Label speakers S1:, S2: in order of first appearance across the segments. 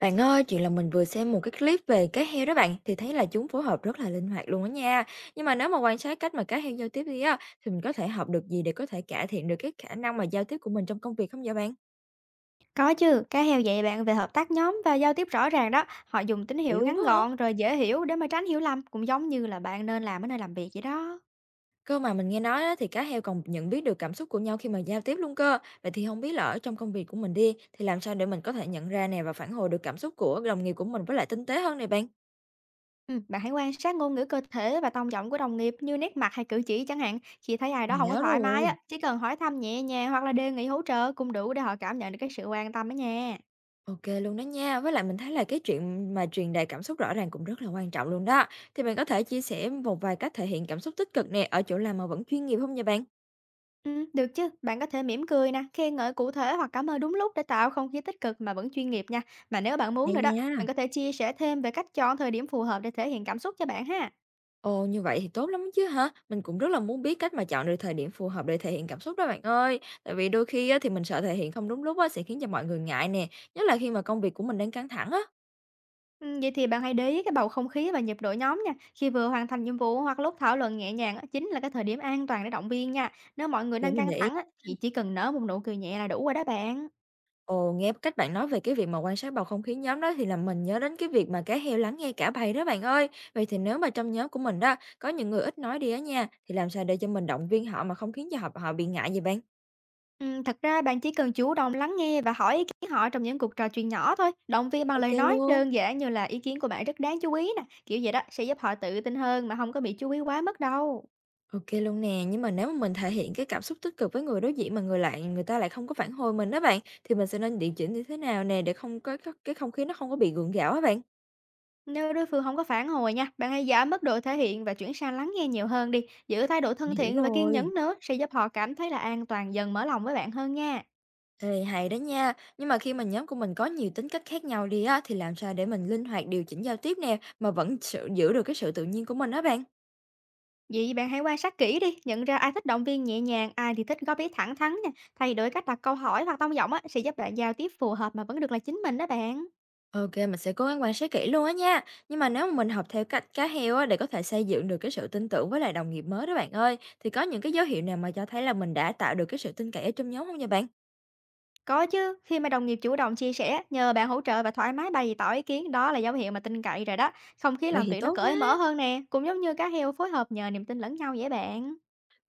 S1: Bạn ơi, chuyện là mình vừa xem một cái clip về cá heo đó bạn, thì thấy là chúng phối hợp rất là linh hoạt luôn đó nha. Nhưng mà nếu mà quan sát cách mà cá heo giao tiếp đi á, thì mình có thể học được gì để có thể cải thiện được cái khả năng mà giao tiếp của mình trong công việc không vậy bạn?
S2: Có chứ, cá heo dạy bạn về hợp tác nhóm và giao tiếp rõ ràng đó. Họ dùng tín
S1: Vậy
S2: hiệu
S1: luôn
S2: ngắn
S1: á hả?
S2: gọn rồi dễ hiểu để mà tránh hiểu lầm, cũng giống như là bạn nên làm ở nơi làm việc vậy đó.
S1: Cơ mà mình nghe nói á, thì cá heo còn nhận biết được cảm xúc của nhau khi mà giao tiếp luôn cơ. Vậy thì không biết là ở trong công việc của mình đi, thì làm sao để mình có thể nhận ra nè, và phản hồi được cảm xúc của đồng nghiệp của mình với lại tinh tế hơn này bạn?
S2: Ừ, bạn hãy quan sát ngôn ngữ cơ thể và tông giọng của đồng nghiệp, như nét mặt hay cử chỉ chẳng hạn. Khi thấy ai đó
S1: Mình
S2: không có
S1: nhớ
S2: thoải mái á,
S1: rồi.
S2: chỉ cần hỏi thăm nhẹ nhàng hoặc là đề nghị hỗ trợ cũng đủ để họ cảm nhận được cái sự quan tâm đó nha.
S1: OK luôn đó nha. Với lại mình thấy là cái chuyện mà truyền đạt cảm xúc rõ ràng cũng rất là quan trọng luôn đó. Thì bạn có thể chia sẻ một vài cách thể hiện cảm xúc tích cực nè, ở chỗ làm mà vẫn chuyên nghiệp không nha bạn?
S2: Ừ, được chứ, bạn có thể mỉm cười nè, khen ngợi cụ thể hoặc cảm ơn đúng lúc để tạo không khí tích cực mà vẫn chuyên nghiệp nha. Mà nếu bạn muốn
S1: Hay
S2: nữa đó, bạn
S1: nha.
S2: có thể chia sẻ thêm về cách chọn thời điểm phù hợp để thể hiện cảm xúc cho bạn ha.
S1: Ồ, như vậy thì tốt lắm chứ hả? Mình cũng rất là muốn biết cách mà chọn được thời điểm phù hợp để thể hiện cảm xúc đó bạn ơi. Tại vì đôi khi á, thì mình sợ thể hiện không đúng lúc á, sẽ khiến cho mọi người ngại nè, nhất là khi mà công việc của mình đang căng thẳng á.
S2: Vậy thì bạn hãy để ý cái bầu không khí và nhịp độ nhóm nha. Khi vừa hoàn thành nhiệm vụ hoặc lúc thảo luận nhẹ nhàng á, chính là cái thời điểm an toàn để động viên nha. Nếu mọi người
S1: Để
S2: đang
S1: mình
S2: căng
S1: để ý.
S2: thẳng á, thì chỉ cần nở một nụ cười nhẹ là đủ rồi đó bạn.
S1: Ồ, nghe cách bạn nói về cái việc mà quan sát bầu không khí nhóm đó, thì làm mình nhớ đến cái việc mà cá heo lắng nghe cả bầy đó bạn ơi. Vậy thì nếu mà trong nhóm của mình đó có những người ít nói đi á nha, thì làm sao để cho mình động viên họ mà không khiến cho họ họ bị ngại vậy bạn?
S2: Thật ra bạn chỉ cần chủ động lắng nghe và hỏi ý kiến họ trong những cuộc trò chuyện nhỏ thôi. Động viên bằng
S1: Ok
S2: lời nói
S1: luôn.
S2: đơn giản, như là ý kiến của bạn rất đáng chú ý nè. Kiểu vậy đó sẽ giúp họ tự tin hơn mà không có bị chú ý quá mất đâu.
S1: Ok luôn nè, nhưng mà nếu mà mình thể hiện cái cảm xúc tích cực với người đối diện mà người ta lại không có phản hồi mình đó bạn, thì mình sẽ nên điều chỉnh như thế nào nè, để không cái không khí nó không có bị gượng gạo á bạn.
S2: Nếu đối phương không có phản hồi nha, bạn hãy giảm mức độ thể hiện và chuyển sang lắng nghe nhiều hơn đi. Giữ thái độ thân
S1: Mình hiểu
S2: thiện và kiên
S1: rồi.
S2: nhẫn nữa sẽ giúp họ cảm thấy là an toàn, dần mở lòng với bạn hơn nha.
S1: Ê, hay đó nha. Nhưng mà khi mà nhóm của mình có nhiều tính cách khác nhau đi á, thì làm sao để mình linh hoạt điều chỉnh giao tiếp nè, mà vẫn giữ được cái sự tự nhiên của mình đó bạn?
S2: Vậy bạn hãy quan sát kỹ đi, nhận ra ai thích động viên nhẹ nhàng, ai thì thích góp ý thẳng thắn nha. Thay đổi cách đặt câu hỏi hoặc tông giọng á, sẽ giúp bạn giao tiếp phù hợp mà vẫn được là chính mình đó bạn.
S1: Ok, mình sẽ cố gắng quan sát kỹ luôn á nha. Nhưng mà nếu mà mình học theo cách cá heo á, để có thể xây dựng được cái sự tin tưởng với lại đồng nghiệp mới đó bạn ơi, thì có những cái dấu hiệu nào mà cho thấy là mình đã tạo được cái sự tin cậy ở trong nhóm không nha bạn?
S2: Có chứ, khi mà đồng nghiệp chủ động chia sẻ, nhờ bạn hỗ trợ và thoải mái bày tỏ ý kiến, đó là dấu hiệu mà tin cậy rồi đó. Không khí
S1: Vậy
S2: làm
S1: thì
S2: việc nó
S1: tốt
S2: cởi mở
S1: quá.
S2: hơn nè, cũng giống như cá heo phối hợp nhờ niềm tin lẫn nhau vậy bạn.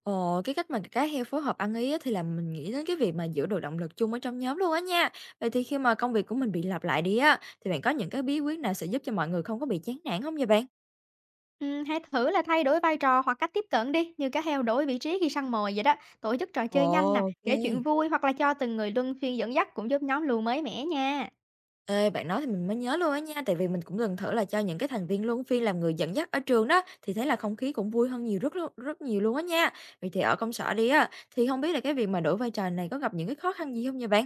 S1: Ồ, cái cách mà cá heo phối hợp ăn ý á, thì là mình nghĩ đến cái việc mà giữ được động lực chung ở trong nhóm luôn á nha. Vậy thì khi mà công việc của mình bị lặp lại đi á, thì bạn có những cái bí quyết nào sẽ giúp cho mọi người không có bị chán nản không vậy bạn?
S2: Hãy thử là thay đổi vai trò hoặc cách tiếp cận đi, như cá heo đổi vị trí khi săn mồi vậy đó. Tổ chức trò
S1: Ồ,
S2: chơi nhanh nè,
S1: ok.
S2: kể chuyện vui hoặc là cho từng người luân phiên dẫn dắt cũng giúp nhóm luôn mới mẻ nha.
S1: Ê, bạn nói thì mình mới nhớ luôn á nha, tại vì mình cũng từng thử là cho những cái thành viên luân phiên làm người dẫn dắt ở trường đó, thì thấy là không khí cũng vui hơn nhiều, rất nhiều luôn á nha. Vậy thì ở công sở đi á, thì không biết là cái việc mà đổi vai trò này có gặp những cái khó khăn gì không nha bạn?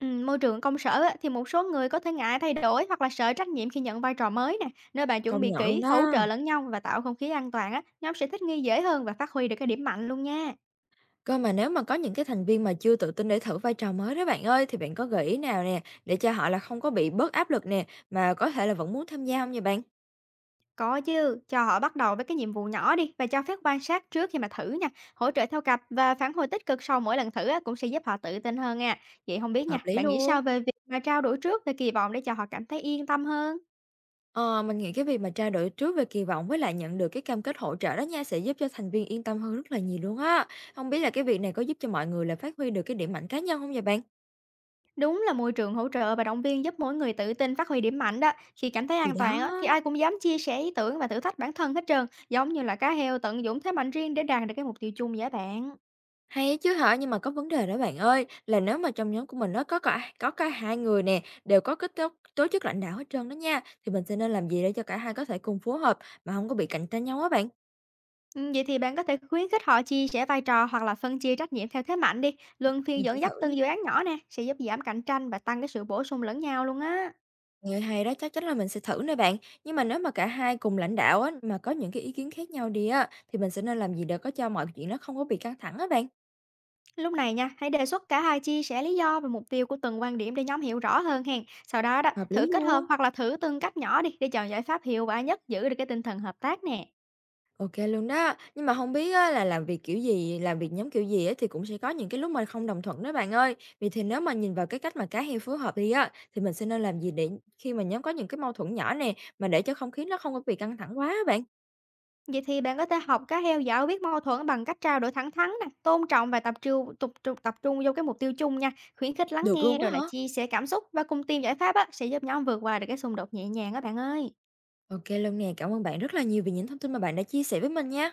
S2: Môi trường công sở á, thì một số người có thể ngại thay đổi hoặc là sợ trách nhiệm khi nhận vai trò mới nè. Nơi bạn chuẩn
S1: Công
S2: bị
S1: nhận luôn
S2: kỹ, hỗ
S1: đó.
S2: trợ lẫn nhau và tạo không khí an toàn á, nhóm sẽ thích nghi dễ hơn và phát huy được cái điểm mạnh luôn nha.
S1: Cơ mà nếu mà có những cái thành viên mà chưa tự tin để thử vai trò mới đó bạn ơi, thì bạn có gợi ý nào nè, để cho họ là không có bị bớt áp lực nè, mà có thể là vẫn muốn tham gia không vậy bạn?
S2: Có chứ, cho họ bắt đầu với cái nhiệm vụ nhỏ đi và cho phép quan sát trước khi mà thử nha. Hỗ trợ theo cặp và phản hồi tích cực sau mỗi lần thử á, cũng sẽ giúp họ tự tin hơn nha. Vậy không biết nha,
S1: Hợp lý
S2: bạn nghĩ
S1: luôn.
S2: sao về việc mà trao đổi trước về kỳ vọng để cho họ cảm thấy yên tâm hơn?
S1: Ờ, mình nghĩ cái việc mà trao đổi trước về kỳ vọng với lại nhận được cái cam kết hỗ trợ đó nha, sẽ giúp cho thành viên yên tâm hơn rất là nhiều luôn á. Không biết là cái việc này có giúp cho mọi người là phát huy được cái điểm mạnh cá nhân không vậy bạn?
S2: Đúng là môi trường hỗ trợ và động viên giúp mỗi người tự tin phát huy điểm mạnh đó. Khi cảm thấy
S1: Thì
S2: an
S1: đó.
S2: toàn á, thì ai cũng dám chia sẻ ý tưởng và thử thách bản thân hết trơn, giống như là cá heo tận dụng thế mạnh riêng để đạt được cái mục tiêu chung vậy bạn.
S1: Hay á chứ hả? Nhưng mà có vấn đề đó bạn ơi, là nếu mà trong nhóm của mình nó có cả hai người nè, đều có cái tố tố chất lãnh đạo hết trơn đó nha, thì mình sẽ nên làm gì để cho cả hai có thể cùng phối hợp mà không có bị cạnh tranh nhau á bạn?
S2: Vậy thì bạn có thể khuyến khích họ chia sẻ vai trò hoặc là phân chia trách nhiệm theo thế mạnh đi, luân phiên
S1: Mình sẽ
S2: dẫn dắt
S1: thử nha.
S2: từng dự án nhỏ nè, sẽ giúp giảm cạnh tranh và tăng cái sự bổ sung lẫn nhau luôn á.
S1: Nghe hay đó, chắc chắn là mình sẽ thử nè bạn. Nhưng mà nếu mà cả hai cùng lãnh đạo á, mà có những cái ý kiến khác nhau đi á, thì mình sẽ nên làm gì để có cho mọi chuyện nó không có bị căng thẳng á bạn?
S2: Lúc này nha, hãy đề xuất cả hai chia sẻ lý do và mục tiêu của từng quan điểm để nhóm hiểu rõ hơn hèn. Sau đó đó,
S1: Hợp
S2: thử
S1: lý
S2: kết hợp
S1: luôn.
S2: hoặc là thử từng cách nhỏ đi để chọn giải pháp hiệu quả nhất, giữ được cái tinh thần hợp tác nè.
S1: OK luôn đó. Nhưng mà không biết á, là làm việc kiểu gì, làm việc nhóm kiểu gì á, thì cũng sẽ có những cái lúc mà không đồng thuận đó bạn ơi. Vì thì nếu mà nhìn vào cái cách mà cá heo phối hợp đi á, thì mình sẽ nên làm gì để khi mà nhóm có những cái mâu thuẫn nhỏ nè, mà để cho không khí nó không có bị căng thẳng quá á bạn?
S2: Vậy thì bạn có thể học cách theo dõi biết mâu thuẫn bằng cách trao đổi thẳng thắn nè, tôn trọng và tập trung vô cái mục tiêu chung nha, khuyến khích lắng
S1: Được
S2: nghe
S1: luôn
S2: rồi
S1: á
S2: là
S1: hả?
S2: chia sẻ cảm xúc và cùng tìm giải pháp á, sẽ giúp nhóm vượt qua được cái xung đột nhẹ nhàng các bạn ơi.
S1: OK luôn nè. Cảm ơn bạn rất là nhiều vì những thông tin mà bạn đã chia sẻ với mình nha.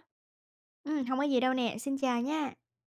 S2: Ừ, không có gì đâu nè, xin chào nha.